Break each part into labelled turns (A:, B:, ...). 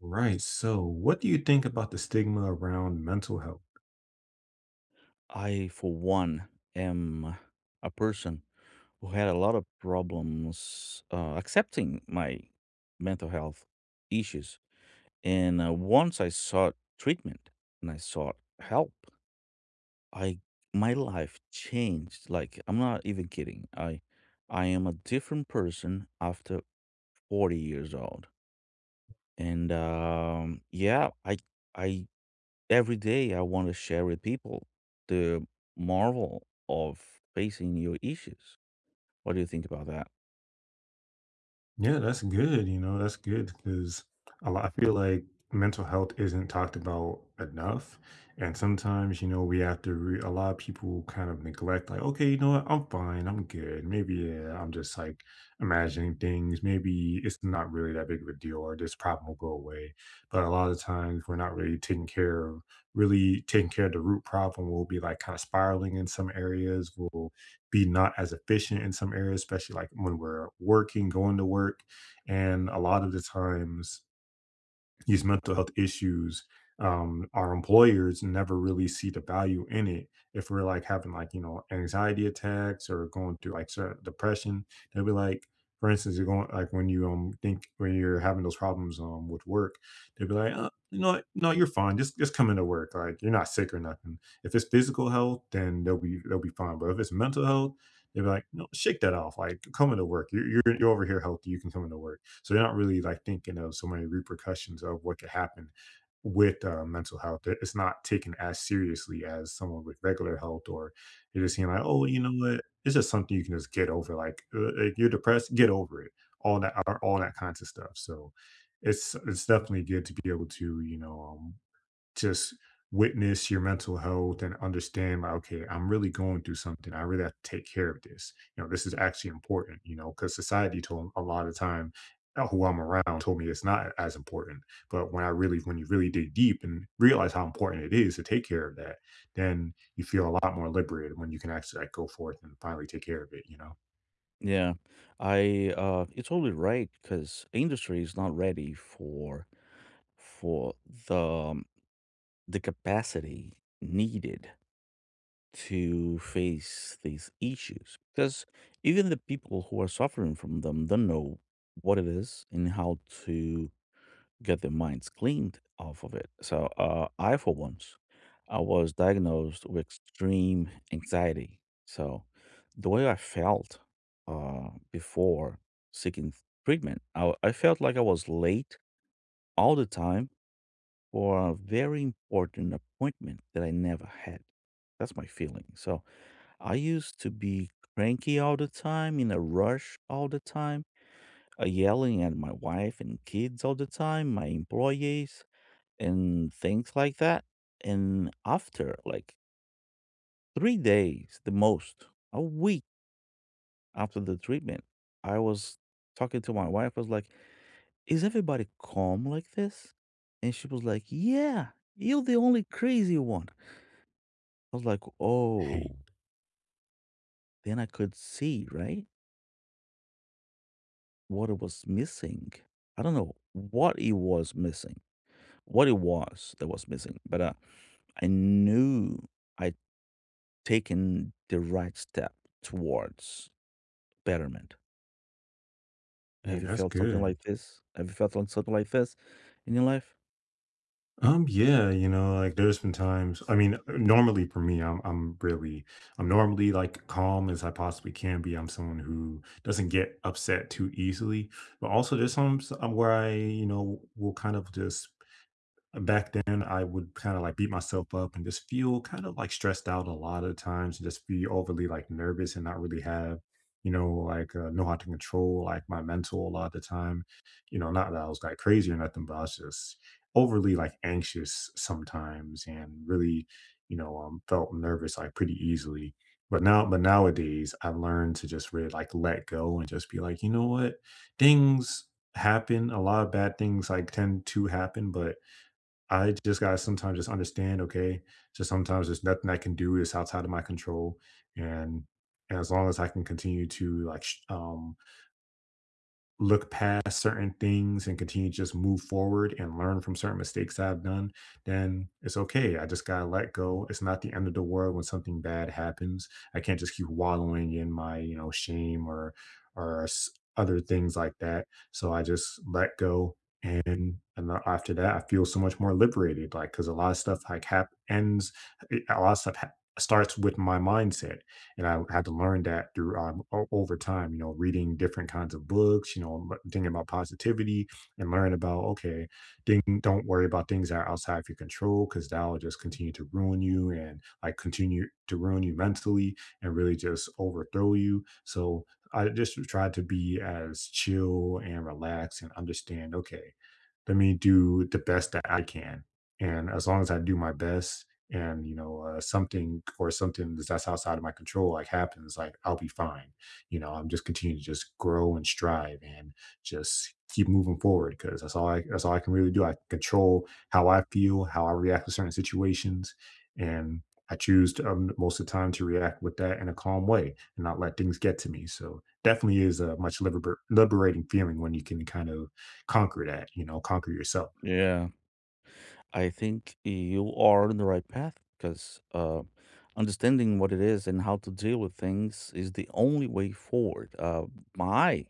A: Right. So, what do you think about the stigma around mental health?
B: I, for one, am a person who had a lot of problems accepting my mental health issues. And once I sought treatment and I sought help, I my life changed. Like, I'm not even kidding. I am a different person after 40 years old. And yeah, I every day I want to share with people the marvel of facing your issues. What do you think about that?
A: Yeah, that's good. You know, that's good because a lot, I feel like mental health isn't talked about enough. And sometimes, you know, we have to, a lot of people kind of neglect, like, okay, you know what, I'm fine, I'm good. Maybe, yeah, I'm just like imagining things. Maybe it's not really that big of a deal or this problem will go away. But a lot of times, we're not really really taking care of the root problem. We'll be like kind of spiraling in some areas. We'll be not as efficient in some areas, especially like when we're working, going to work. And a lot of the times, these mental health issues, our employers never really see the value in it if we're like having like, you know, anxiety attacks or going through like certain depression, they'll be like, for instance, you're going like when you think when you're having those problems with work, they'll be like, you know what? No, you're fine, just come into work, like you're not sick or nothing. If it's physical health, then they'll be fine, but if it's mental health, they'll be like, no, shake that off, like come into work, you're over here healthy, you can come into work. So they're not really like thinking of so many repercussions of what could happen with mental health. It's not taken as seriously as someone with regular health, or you're just seeing like, oh, you know what? It's just something you can just get over. Like, you're depressed, get over it. All that, all that kinds of stuff. So it's definitely good to be able to, you know, just witness your mental health and understand like, okay, I'm really going through something, I really have to take care of this, you know, this is actually important, you know, because society told a lot of time, who I'm around told me it's not as important. But when you really dig deep and realize how important it is to take care of that, then you feel a lot more liberated when you can actually like go forth and finally take care of it, you know.
B: Yeah, I you're totally right because industry is not ready for for the um, the capacity needed to face these issues because even the people who are suffering from them don't know what it is and how to get their minds cleaned off of it. So, I, for once, I was diagnosed with extreme anxiety. So, the way I felt before seeking treatment, I felt like I was late all the time for a very important appointment that I never had. That's my feeling. So, I used to be cranky all the time, in a rush all the time, yelling at my wife and kids all the time, my employees and things like that. And after like 3 days, the most, a week after the treatment, I was talking to my wife. I was like, "Is everybody calm like this?" And she was like, "Yeah, you're the only crazy one." I was like,
A: Hey,
B: "Oh, then I could see, right? What it was missing. I don't know what it was missing, what it was that was missing, but I knew I taken the right step towards betterment?"
A: hey,
B: Have you
A: that's
B: felt something like
A: good.
B: this? Have you felt like something like this in your life?
A: Yeah, you know, like there's been times, I mean, normally for me, I'm really, I'm normally like calm as I possibly can be. I'm someone who doesn't get upset too easily, but also there's some where I, you know, will kind of just, back then I would kind of like beat myself up and just feel kind of like stressed out a lot of times and just be overly like nervous and not really have, you know, like, know how to control like my mental a lot of the time. You know, not that I was like crazy or nothing, but I was just overly like anxious sometimes and really, you know, felt nervous like pretty easily. But now, but nowadays, I've learned to just really like let go and just be like, you know what, things happen. A lot of bad things like tend to happen, but I just gotta sometimes just understand, okay, just sometimes there's nothing I can do. It's outside of my control, and and as long as I can continue to like look past certain things and continue to just move forward and learn from certain mistakes I've done, then it's okay. I just gotta let go. It's not the end of the world when something bad happens. I can't just keep wallowing in my, you know, shame or or s- other things like that. So I just let go. And after that, I feel so much more liberated. Like, because a lot of stuff like hap ends, a lot of stuff ha- starts with my mindset, and I had to learn that through over time, you know, reading different kinds of books, you know, thinking about positivity and learn about, okay, thing, don't worry about things that are outside of your control because that'll just continue to ruin you and like continue to ruin you mentally and really just overthrow you. So I just tried to be as chill and relaxed and understand, okay, let me do the best that I can. And as long as I do my best and, you know, something or something that's outside of my control, like happens, like I'll be fine. You know, I'm just continuing to just grow and strive and just keep moving forward because that's all I can really do. I can control how I feel, how I react to certain situations. And I choose to, most of the time to react with that in a calm way and not let things get to me. So definitely is a much liberating feeling when you can kind of conquer that, you know, conquer yourself.
B: Yeah, I think you are on the right path because understanding what it is and how to deal with things is the only way forward. My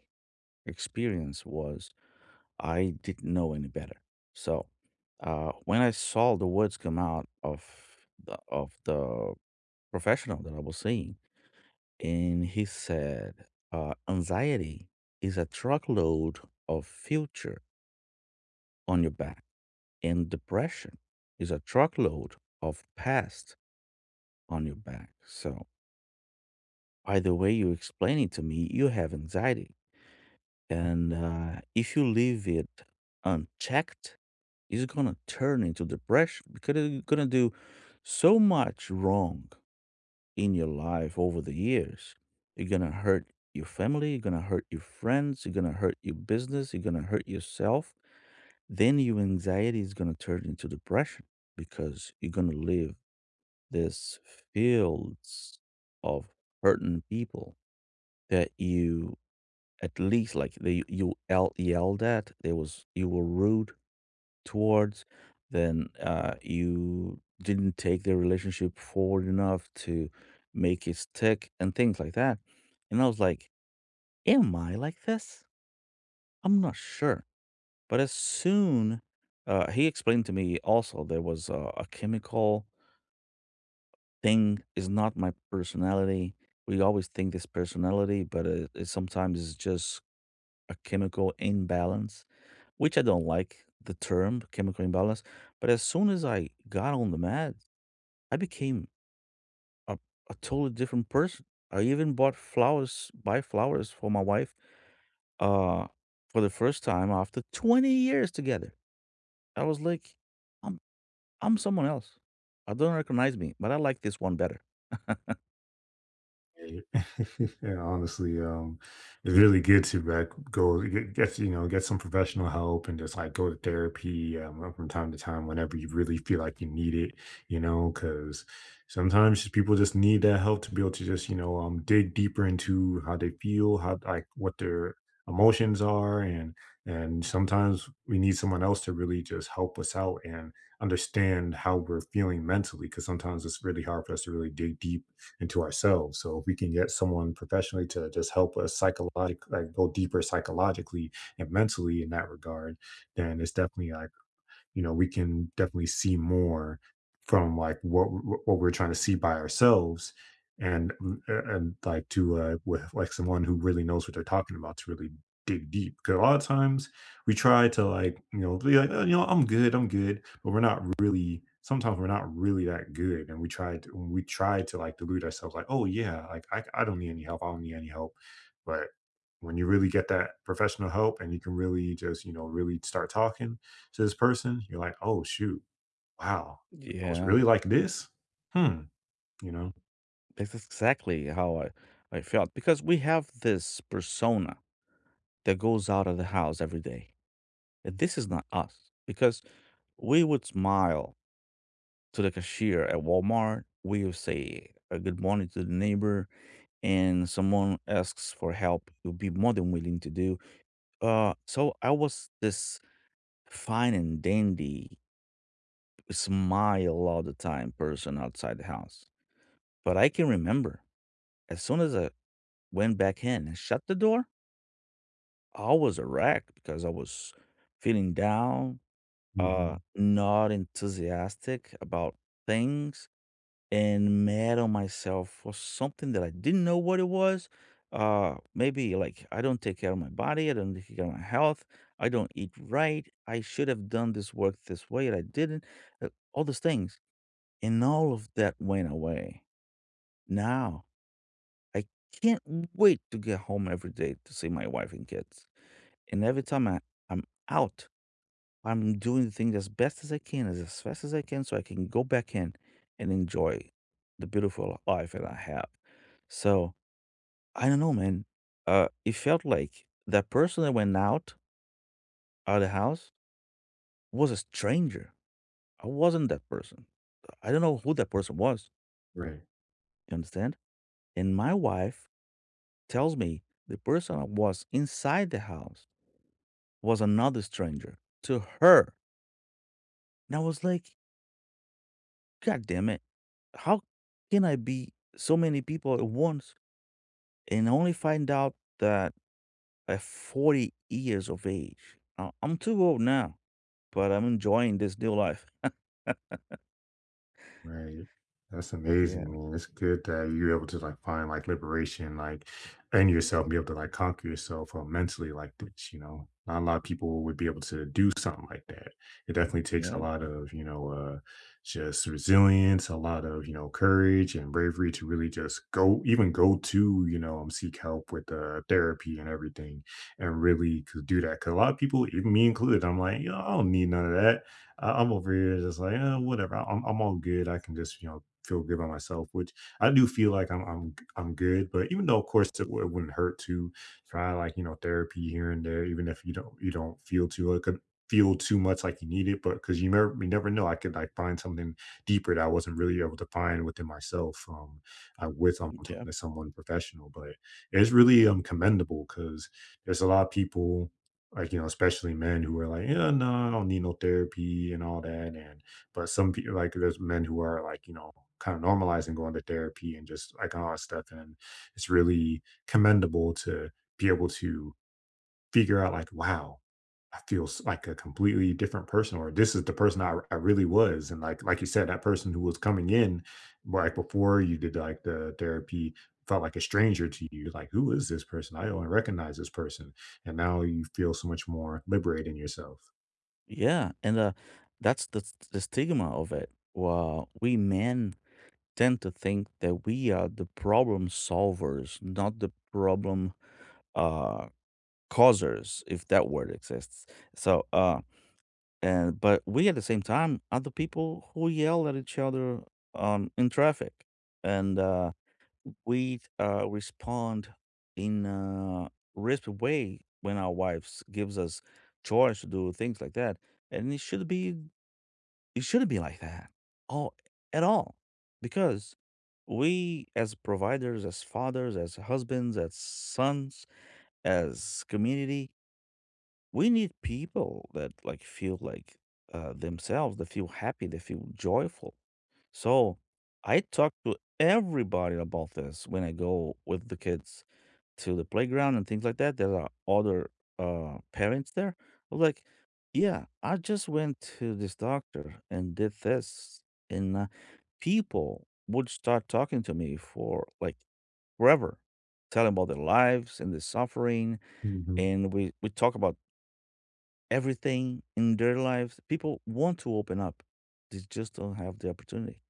B: experience was I didn't know any better. So when I saw the words come out of the professional that I was seeing, and he said, anxiety is a truckload of future on your back, and depression is a truckload of past on your back. So, by the way you explain it to me, you have anxiety. And if you leave it unchecked, it's going to turn into depression because you're going to do so much wrong in your life over the years. You're gonna hurt your family, you're gonna hurt your friends, you're gonna hurt your business, you're gonna hurt yourself. Then your anxiety is gonna turn into depression because you're gonna live this fields of hurting people that you at least like they you yell, yelled at. There was you were rude towards, then you didn't take the relationship forward enough to make it stick and things like that. And I was like, "Am I like this? I'm not sure." But as soon he explained to me also there was a chemical thing is not my personality. We always think this personality, but it sometimes is just a chemical imbalance, which I don't like the term chemical imbalance. But as soon as I got on the meds, I became a, a totally different person. I even bought flowers, buy flowers for my wife uh, for the first time after 20 years together. I was like, I'm, I'm someone else. I don't recognize me, but I like this one better.
A: Right. Yeah, honestly, it's really good to like you know, get some professional help and just like go to therapy from time to time whenever you really feel like you need it, you know, because sometimes just people just need that help to be able to just, you know, dig deeper into how they feel, how like what their emotions are, and sometimes we need someone else to really just help us out and understand how we're feeling mentally because sometimes it's really hard for us to really dig deep and to ourselves. So if we can get someone professionally to just help us psychologically, like go deeper psychologically and mentally in that regard, then it's definitely like, you know, we can definitely see more from like what we're trying to see by ourselves and and like to with like someone who really knows what they're talking about to really dig deep because a lot of times we try to like, you know, be like, oh, you know, I'm good, I'm good, but we're not really, sometimes we're not really that good, and we try to when we try to like delude ourselves like, oh yeah, like I don't need any help, I don't need any help. But when you really get that professional help and you can really just, you know, really start talking to this person, you're like, "Oh, shoot. Wow. I was
B: Yeah,
A: really like this? Hmm." You know?
B: that's exactly how I felt because we have this persona that goes out of the house every day. This is not us because we would smile to the cashier at Walmart. We would say a good morning to the neighbor, and someone asks for help. You'll be more than willing to do. So I was this fine and dandy, smile all the time person outside the house. But I can remember as soon as I went back in and shut the door, I was a wreck because I was feeling down,
A: Mhm.
B: not enthusiastic about things and mad on myself for something that I didn't know what it was. Maybe like I don't take care of my body, I don't take care of my health, I don't eat right, I should have done this work this way and I didn't. All those things. And all of that went away. Now I can't wait to get home every day to see my wife and kids. And every time I'm out I'm doing the thing as best as I can, as fast as I can, so I can go back in and enjoy the beautiful life that I have. So I don't know, man. It felt like that person that went out out of the house was a stranger. I wasn't that person. I don't know who that person was.
A: Right.
B: You understand? And my wife tells me the person that was inside the house was another stranger to her. And I was like, "God damn it. How can I be so many people at once and only find out that at 40 years of age?" I- I'm too old now, but I'm enjoying this new life.
A: Right. That's
B: Yeah,
A: amazing, man. It's good that you're able to like find like liberation, like in yourself, and be able to like conquer yourself mentally like this. You know, not a lot of people would be able to do something like that. It definitely takes a
B: yeah,
A: lot of, you know, just resilience, a lot of, you know, courage and bravery to really just go, even go to, you know, seek help with therapy and everything, and really could do that. Because a lot of people, even me included, I'm like, yo, I don't need none of that. I'm over here just like, whatever. I'm all good. I can just, you know, feel good by myself," which I do feel like I'm good. But even though, of course, it, it wouldn't hurt to try like, you know, therapy here and there, even if you don't, you don't feel too like feel too much like you need it, but because you never know, I could like find something deeper that I wasn't really able to find within myself. With
B: yeah,
A: talking to someone professional, but it's really commendable because there's a lot of people, like, you know, especially men who are like, yeah, no, I don't need no therapy and all that, and but some people like there's men who are like, you know, kind of normalizing going to therapy and just like all that stuff, and it's really commendable to be able to figure out like, wow, I feel like a completely different person, or this is the person I really was. And like you said, that person who was coming in, like before you did like the therapy, felt like a stranger to you. Like, who is this person? I don't recognize this person. And now you feel so much more liberated in yourself.
B: yeah. And that's the stigma of it. Well, we men tend to think that we are the problem solvers, not the problem uh, causers, if that word exists. So, and but we at the same time are the people who yell at each other in traffic. And we respond in a risky way when our wives gives us chores to do things like that. And it shouldn't be like that. All at all. Because we as providers, as fathers, as husbands, as sons, as community we need people that like feel like themselves, that feel happy, they feel joyful. So I talk to everybody about this when I go with the kids to the playground and things like that. There are other parents there. I'm like, yeah, I just went to this doctor and did this, and people would start talking to me for like forever, telling about their lives and their suffering,
A: Mhm.
B: and we talk about everything in their lives. People want to open up. They just don't have the opportunity.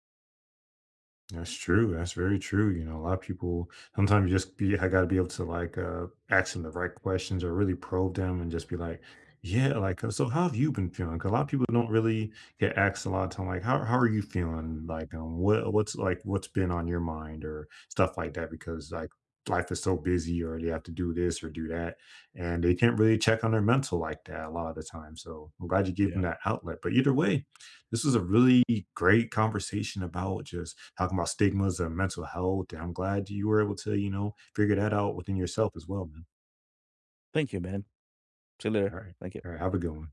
A: That's true. That's very true. You know, a lot of people sometimes just be, I gotta be able to like ask them the right questions or really probe them and just be like, yeah, like, so how have you been feeling? 'Cause a lot of people don't really get asked a lot of time like, how are you feeling? Like what what's been on your mind or stuff like that, because like life is so busy or they have to do this or do that and they can't really check on their mental like that a lot of the time. So I'm glad you gave them
B: Yeah.
A: that outlet. But either way, this was a really great conversation about just talking about stigmas and mental health, and I'm glad you were able to, you know, figure that out within yourself as well, man.
B: Thank you, man. See you
A: All
B: later.
A: right.
B: Thank you.
A: All right. Have a good one.